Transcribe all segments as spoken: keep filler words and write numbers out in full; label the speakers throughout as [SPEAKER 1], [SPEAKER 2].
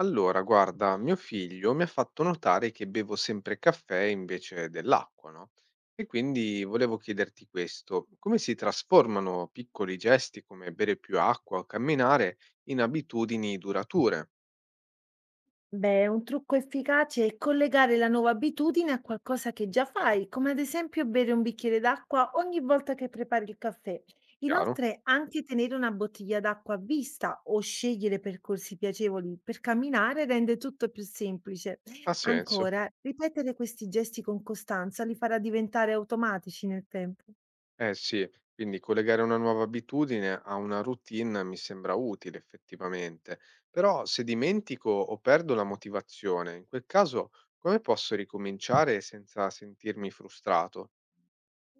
[SPEAKER 1] Allora, guarda, mio figlio mi ha fatto notare che bevo sempre caffè invece dell'acqua, no? E quindi volevo chiederti questo, come si trasformano piccoli gesti come bere più acqua o camminare in abitudini durature?
[SPEAKER 2] Beh, un trucco efficace è collegare la nuova abitudine a qualcosa che già fai, come ad esempio bere un bicchiere d'acqua ogni volta che prepari il caffè.
[SPEAKER 1] Chiaro?
[SPEAKER 2] Inoltre, anche tenere una bottiglia d'acqua a vista o scegliere percorsi piacevoli per camminare rende tutto più semplice.
[SPEAKER 1] Ha senso.
[SPEAKER 2] Ancora, ripetere questi gesti con costanza li farà diventare automatici nel tempo.
[SPEAKER 1] Eh sì, quindi collegare una nuova abitudine a una routine mi sembra utile effettivamente, però se dimentico o perdo la motivazione, in quel caso come posso ricominciare senza sentirmi frustrato?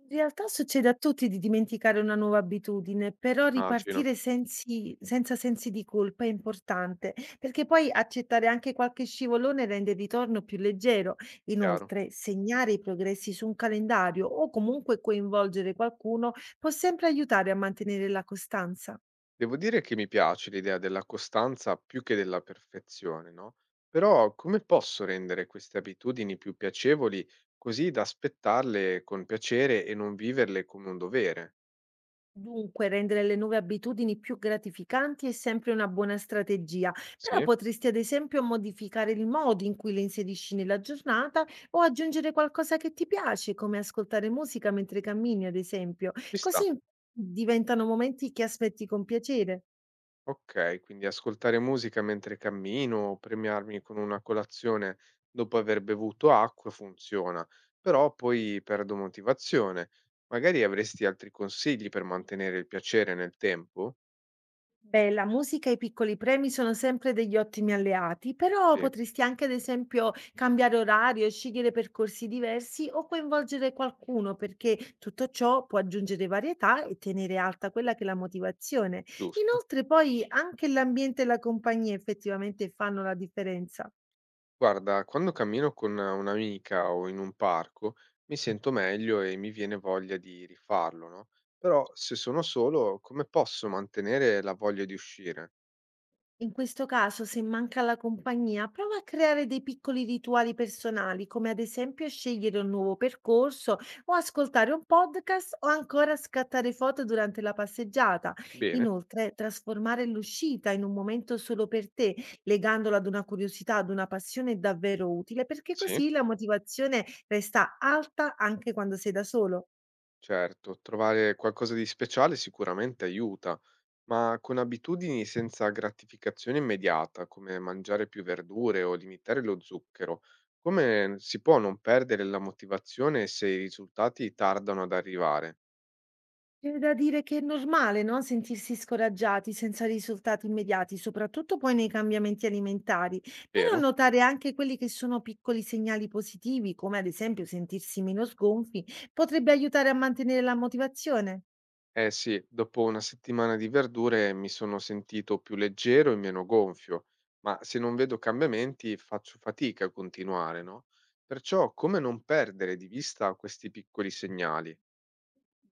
[SPEAKER 2] In realtà succede a tutti di dimenticare una nuova abitudine, però
[SPEAKER 1] Immagino,
[SPEAKER 2] ripartire sensi- senza sensi di colpa è importante, perché poi accettare anche qualche scivolone rende il ritorno più leggero.
[SPEAKER 1] chiaro.
[SPEAKER 2] Inoltre, segnare i progressi su un calendario o comunque coinvolgere qualcuno può sempre aiutare a mantenere la costanza.
[SPEAKER 1] Devo dire che mi piace l'idea della costanza più che della perfezione, no? Però come posso rendere queste abitudini più piacevoli così da aspettarle con piacere e non viverle come un dovere?
[SPEAKER 2] Dunque, rendere le nuove abitudini più gratificanti è sempre una buona strategia, però
[SPEAKER 1] Sì?
[SPEAKER 2] potresti ad esempio modificare il modo in cui le inserisci nella giornata o aggiungere qualcosa che ti piace, come ascoltare musica mentre cammini, ad esempio.
[SPEAKER 1] Ci sta.
[SPEAKER 2] Così diventano momenti che aspetti con piacere.
[SPEAKER 1] Ok, quindi ascoltare musica mentre cammino o premiarmi con una colazione dopo aver bevuto acqua funziona, però poi perdo motivazione. Magari avresti altri consigli per mantenere il piacere nel tempo?
[SPEAKER 2] Beh, la musica e i piccoli premi sono sempre degli ottimi alleati, però
[SPEAKER 1] Sì.
[SPEAKER 2] potresti anche, ad esempio, cambiare orario, scegliere percorsi diversi o coinvolgere qualcuno, perché tutto ciò può aggiungere varietà e tenere alta quella che è la motivazione.
[SPEAKER 1] Giusto.
[SPEAKER 2] Inoltre, poi anche l'ambiente e la compagnia effettivamente fanno la differenza.
[SPEAKER 1] Guarda, quando cammino con un'amica o in un parco mi sento meglio e mi viene voglia di rifarlo, no? Però se sono solo, come posso mantenere la voglia di uscire?
[SPEAKER 2] In questo caso, se manca la compagnia, prova a creare dei piccoli rituali personali, come ad esempio scegliere un nuovo percorso o ascoltare un podcast o ancora scattare foto durante la passeggiata.
[SPEAKER 1] Bene,
[SPEAKER 2] Inoltre, trasformare l'uscita in un momento solo per te, legandola ad una curiosità, ad una passione, è davvero utile, perché
[SPEAKER 1] sì,
[SPEAKER 2] così la motivazione resta alta anche quando sei da solo.
[SPEAKER 1] certo, trovare qualcosa di speciale sicuramente aiuta, ma con abitudini senza gratificazione immediata, come mangiare più verdure o limitare lo zucchero, come si può non perdere la motivazione se i risultati tardano ad arrivare?
[SPEAKER 2] C'è da dire che è normale, no, sentirsi scoraggiati senza risultati immediati, soprattutto poi nei cambiamenti alimentari, però
[SPEAKER 1] Vero?
[SPEAKER 2] notare anche quelli che sono piccoli segnali positivi, come ad esempio sentirsi meno sgonfi, potrebbe aiutare a mantenere la motivazione.
[SPEAKER 1] Eh sì, dopo una settimana di verdure mi sono sentito più leggero e meno gonfio, ma se non vedo cambiamenti faccio fatica a continuare, no? Perciò come non perdere di vista questi piccoli segnali,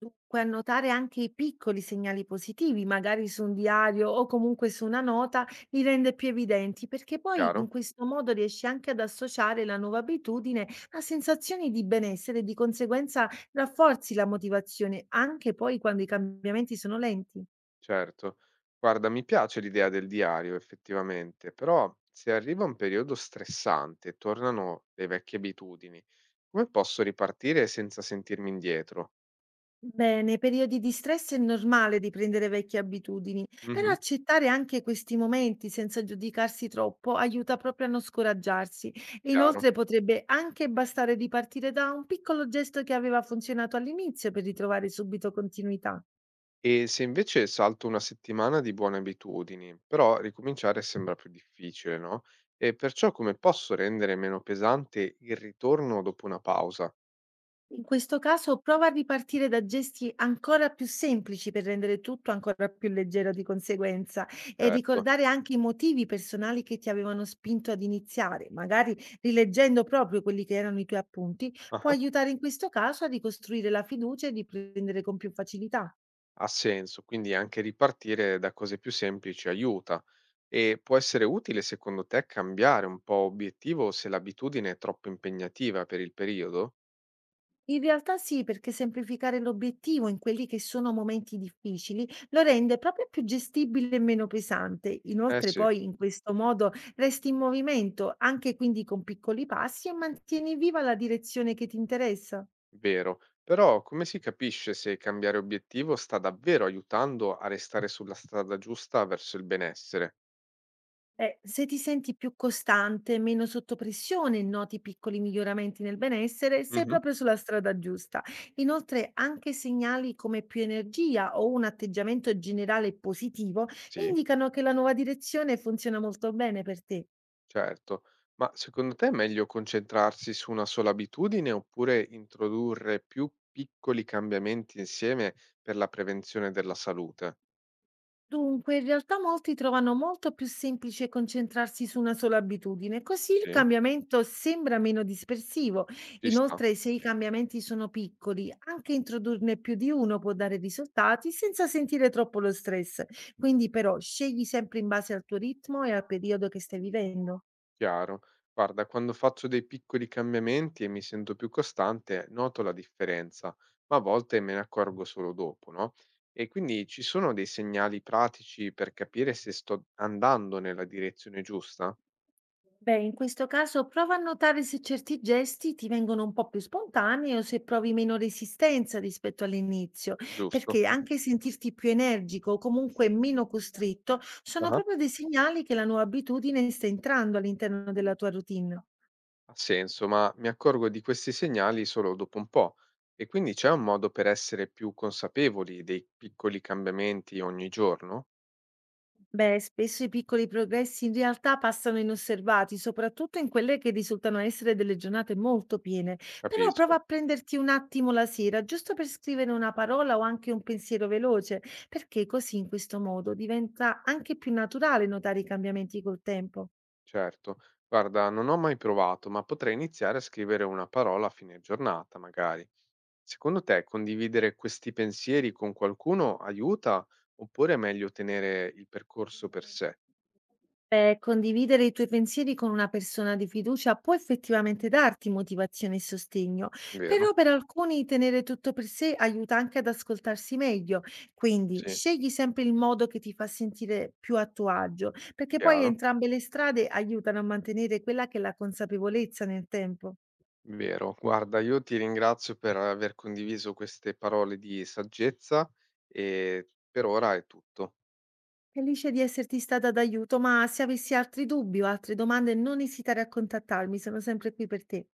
[SPEAKER 2] Dunque, annotare anche i piccoli segnali positivi, magari su un diario o comunque su una nota, li rende più evidenti perché poi in
[SPEAKER 1] chiaro?
[SPEAKER 2] questo modo riesci anche ad associare la nuova abitudine a sensazioni di benessere e di conseguenza rafforzi la motivazione anche poi quando i cambiamenti sono lenti.
[SPEAKER 1] Certo. Guarda, mi piace l'idea del diario effettivamente, però se arriva un periodo stressante e tornano le vecchie abitudini, come posso ripartire senza sentirmi indietro?
[SPEAKER 2] Beh, nei periodi di stress è normale riprendere vecchie abitudini, però
[SPEAKER 1] Mhm.
[SPEAKER 2] accettare anche questi momenti senza giudicarsi troppo aiuta proprio a non scoraggiarsi. E
[SPEAKER 1] Chiaro.
[SPEAKER 2] inoltre potrebbe anche bastare ripartire da un piccolo gesto che aveva funzionato all'inizio per ritrovare subito continuità.
[SPEAKER 1] E se invece salto una settimana di buone abitudini, però ricominciare sembra più difficile, no? E perciò come posso rendere meno pesante il ritorno dopo una pausa?
[SPEAKER 2] In questo caso prova a ripartire da gesti ancora più semplici per rendere tutto ancora più leggero di conseguenza e
[SPEAKER 1] Certo.
[SPEAKER 2] ricordare anche i motivi personali che ti avevano spinto ad iniziare, magari rileggendo proprio quelli che erano i tuoi appunti,
[SPEAKER 1] Ah,
[SPEAKER 2] può aiutare in questo caso a ricostruire la fiducia e riprendere con più facilità.
[SPEAKER 1] ha senso, quindi anche ripartire da cose più semplici aiuta. E può essere utile secondo te cambiare un po' obiettivo se l'abitudine è troppo impegnativa per il periodo?
[SPEAKER 2] In realtà sì, perché semplificare l'obiettivo in quelli che sono momenti difficili lo rende proprio più gestibile e meno pesante.
[SPEAKER 1] Eh
[SPEAKER 2] Inoltre
[SPEAKER 1] sì.
[SPEAKER 2] poi in questo modo resti in movimento, anche quindi con piccoli passi e mantieni viva la direzione che ti interessa.
[SPEAKER 1] Vero, però come si capisce se cambiare obiettivo sta davvero aiutando a restare sulla strada giusta verso il benessere?
[SPEAKER 2] Eh, se ti senti più costante, meno sotto pressione e noti piccoli miglioramenti nel benessere, sei
[SPEAKER 1] Mhm.
[SPEAKER 2] proprio sulla strada giusta. Inoltre, anche segnali come più energia o un atteggiamento generale positivo
[SPEAKER 1] Sì,
[SPEAKER 2] indicano che la nuova direzione funziona molto bene per te.
[SPEAKER 1] certo. Ma secondo te è meglio concentrarsi su una sola abitudine oppure introdurre più piccoli cambiamenti insieme per la prevenzione della salute?
[SPEAKER 2] Dunque, in realtà molti trovano molto più semplice concentrarsi su una sola abitudine, così il
[SPEAKER 1] Sì,
[SPEAKER 2] cambiamento sembra meno dispersivo.
[SPEAKER 1] ci sta.
[SPEAKER 2] Inoltre, se i cambiamenti sono piccoli, anche introdurne più di uno può dare risultati senza sentire troppo lo stress. Quindi, però, scegli sempre in base al tuo ritmo e al periodo che stai vivendo.
[SPEAKER 1] Chiaro. Guarda, quando faccio dei piccoli cambiamenti e mi sento più costante, noto la differenza, ma a volte me ne accorgo solo dopo, no? E quindi ci sono dei segnali pratici per capire se sto andando nella direzione giusta?
[SPEAKER 2] Beh, in questo caso prova a notare se certi gesti ti vengono un po' più spontanei o se provi meno resistenza rispetto all'inizio,
[SPEAKER 1] Giusto?
[SPEAKER 2] perché anche sentirti più energico o comunque meno costretto sono
[SPEAKER 1] Ah.
[SPEAKER 2] proprio dei segnali che la nuova abitudine sta entrando all'interno della tua routine.
[SPEAKER 1] Ha senso, ma mi accorgo di questi segnali solo dopo un po'. E quindi c'è un modo per essere più consapevoli dei piccoli cambiamenti ogni giorno?
[SPEAKER 2] Beh, spesso i piccoli progressi in realtà passano inosservati, soprattutto in quelle che risultano essere delle giornate molto piene. Però prova a
[SPEAKER 1] Capisco.
[SPEAKER 2] prenderti un attimo la sera, giusto per scrivere una parola o anche un pensiero veloce, perché così in questo modo diventa anche più naturale notare i cambiamenti col tempo.
[SPEAKER 1] Certo, guarda, non ho mai provato, ma potrei iniziare a scrivere una parola a fine giornata, magari. Secondo te, condividere questi pensieri con qualcuno aiuta oppure è meglio tenere il percorso per sé?
[SPEAKER 2] Beh, condividere i tuoi pensieri con una persona di fiducia può effettivamente darti motivazione e sostegno,
[SPEAKER 1] Vero?
[SPEAKER 2] però per alcuni tenere tutto per sé aiuta anche ad ascoltarsi meglio, quindi
[SPEAKER 1] Sì,
[SPEAKER 2] scegli sempre il modo che ti fa sentire più a tuo agio, perché poi
[SPEAKER 1] chiaro.
[SPEAKER 2] entrambe le strade aiutano a mantenere quella che è la consapevolezza nel tempo.
[SPEAKER 1] Vero. Guarda, io ti ringrazio per aver condiviso queste parole di saggezza e per ora è tutto.
[SPEAKER 2] Felice di esserti stata d'aiuto, ma se avessi altri dubbi o altre domande non esitare a contattarmi, sono sempre qui per te.